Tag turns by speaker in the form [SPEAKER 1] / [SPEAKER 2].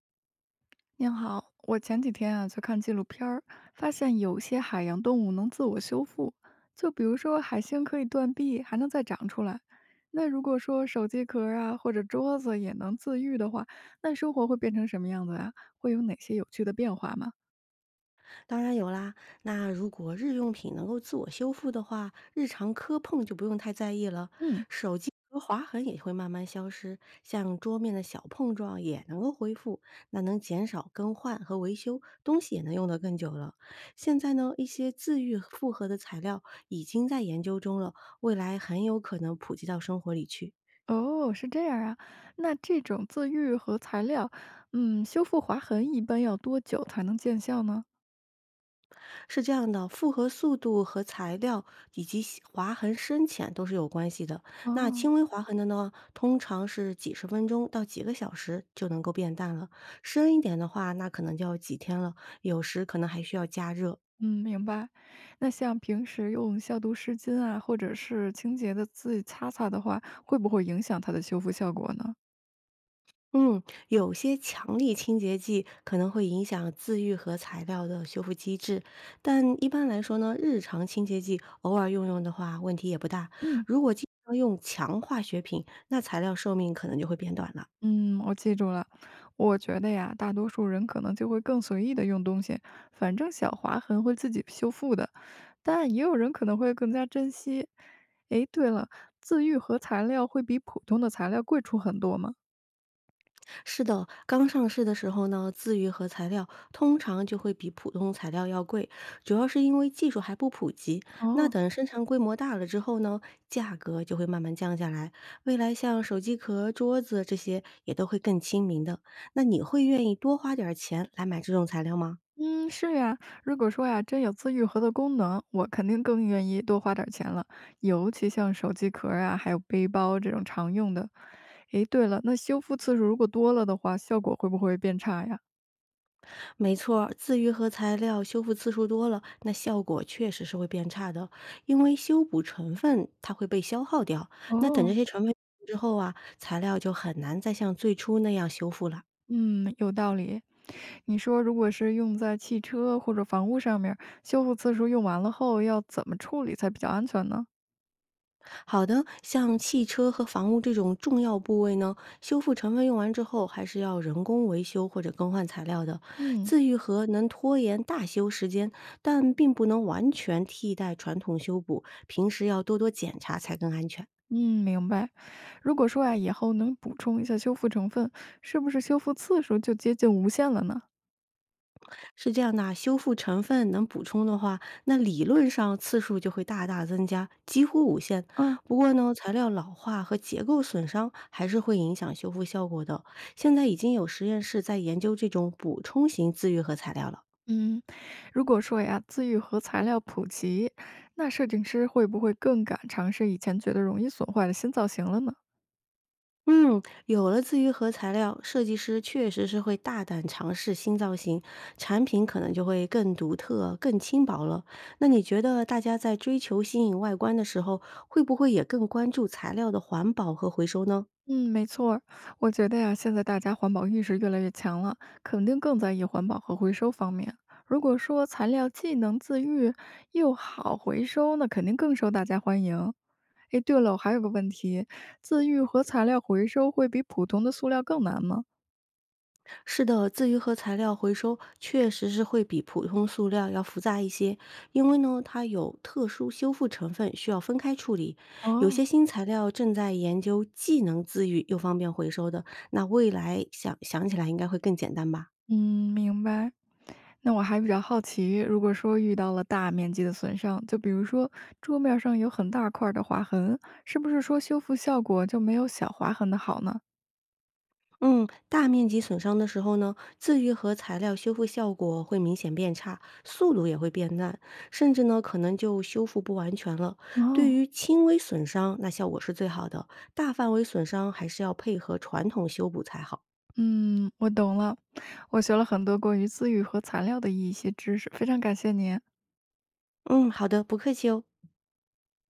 [SPEAKER 1] 您好，我前几天啊去看纪录片儿，发现有些海洋动物能自我修复，就比如说海星可以断臂，还能再长出来。那如果说手机壳儿啊或者桌子也能自愈的话，那生活会变成什么样子啊？会有哪些有趣的变化吗？
[SPEAKER 2] 当然有啦。那如果日用品能够自我修复的话，日常磕碰就不用太在意了。
[SPEAKER 1] 嗯，
[SPEAKER 2] 手机和划痕也会慢慢消失，像桌面的小碰撞也能够恢复，那能减少更换和维修，东西也能用得更久了。现在呢，一些自愈复合的材料已经在研究中了，未来很有可能普及到生活里去。
[SPEAKER 1] 哦，是这样啊。那这种自愈和材料，嗯，修复划痕一般要多久才能见效呢？
[SPEAKER 2] 是这样的，复合速度和材料以及细划痕深浅都是有关系的。那
[SPEAKER 1] 哦。
[SPEAKER 2] 轻微划痕的呢，通常是几十分钟到几个小时就能够变淡了；深一点的话，那可能就要几天了，有时可能还需要加热。
[SPEAKER 1] 嗯，明白。那像平时用消毒湿巾啊，或者是清洁的自己擦擦的话，会不会影响它的修复效果呢？
[SPEAKER 2] 嗯，有些强力清洁剂可能会影响自愈和材料的修复机制，但一般来说呢，日常清洁剂偶尔用用的话，问题也不大。
[SPEAKER 1] 嗯，
[SPEAKER 2] 如果经常用强化学品，那材料寿命可能就会变短了。
[SPEAKER 1] 嗯，我记住了。我觉得呀，大多数人可能就会更随意的用东西，反正小划痕会自己修复的。但也有人可能会更加珍惜。诶，对了，自愈合材料会比普通的材料贵出很多吗？
[SPEAKER 2] 是的，刚上市的时候呢，自愈合材料通常就会比普通材料要贵，主要是因为技术还不普及。那
[SPEAKER 1] 哦，
[SPEAKER 2] 等生产规模大了之后呢，价格就会慢慢降下来。未来像手机壳、桌子这些也都会更亲民的。那你会愿意多花点儿钱来买这种材料吗？
[SPEAKER 1] 嗯，是呀，如果说呀，真有自愈合的功能，我肯定更愿意多花点儿钱了。尤其像手机壳儿啊，还有背包这种常用的。诶，对了，那修复次数如果多了的话，效果会不会变差呀？
[SPEAKER 2] 没错儿自愈合材料修复次数多了，那效果确实是会变差的，因为修补成分它会被消耗掉。那等这
[SPEAKER 1] 哦，
[SPEAKER 2] 些成分之后啊，材料就很难再像最初那样修复了。
[SPEAKER 1] 嗯，有道理。你说，如果是用在汽车或者房屋上面儿修复次数用完了后，要怎么处理才比较安全呢？
[SPEAKER 2] 好的，像汽车和房屋这种重要部位呢，修复成分用完之后，还是要人工维修或者更换材料的。
[SPEAKER 1] 嗯
[SPEAKER 2] 自愈合能拖延大修时间，但并不能完全替代传统修补，平时要多多检查才更安全。
[SPEAKER 1] 嗯，明白。如果说呀，以后能补充一下修复成分，是不是修复次数就接近无限了呢？
[SPEAKER 2] 是这样的啊，修复成分能补充的话，那理论上次数就会大大增加，几乎无限。
[SPEAKER 1] 嗯
[SPEAKER 2] 不过呢，材料老化和结构损伤还是会影响修复效果的。现在已经有实验室在研究这种补充型自愈合材料了。
[SPEAKER 1] 嗯，如果说呀，自愈和材料普及，那设计师会不会更敢尝试以前觉得容易损坏的新造型了呢？
[SPEAKER 2] 嗯，有了自愈合材料，设计师确实是会大胆尝试新造型，产品可能就会更独特、更轻薄了。那你觉得大家在追求新颖外观的时候，会不会也更关注材料的环保和回收呢？
[SPEAKER 1] 嗯，没错儿我觉得呀，现在大家环保意识越来越强了，肯定更在意环保和回收方面。如果说材料既能自愈又好回收，那肯定更受大家欢迎。诶，对了，我还有个问题，自愈和材料回收会比普通的塑料更难吗？
[SPEAKER 2] 是的，自愈和材料回收确实是会比普通塑料要复杂一些，因为呢，它有特殊修复成分需要分开处理。有
[SPEAKER 1] 哦，
[SPEAKER 2] 些新材料正在研究既能自愈又方便回收的，那未来想想起来应该会更简单吧？
[SPEAKER 1] 嗯，明白。那我还比较好奇，如果说遇到了大面积的损伤，就比如说桌面上有很大块儿的划痕，是不是说修复效果就没有小划痕的好呢？
[SPEAKER 2] 嗯，大面积损伤的时候呢，自愈和材料修复效果会明显变差，速度也会变慢，甚至呢可能就修复不完全了。对
[SPEAKER 1] 哦，
[SPEAKER 2] 于轻微损伤，那效果是最好的，大范围损伤还是要配合传统修补才好。
[SPEAKER 1] 嗯，我懂了，我学了很多关于自愈和材料的一些知识，非常感谢您。
[SPEAKER 2] 嗯，好的，不客气哦。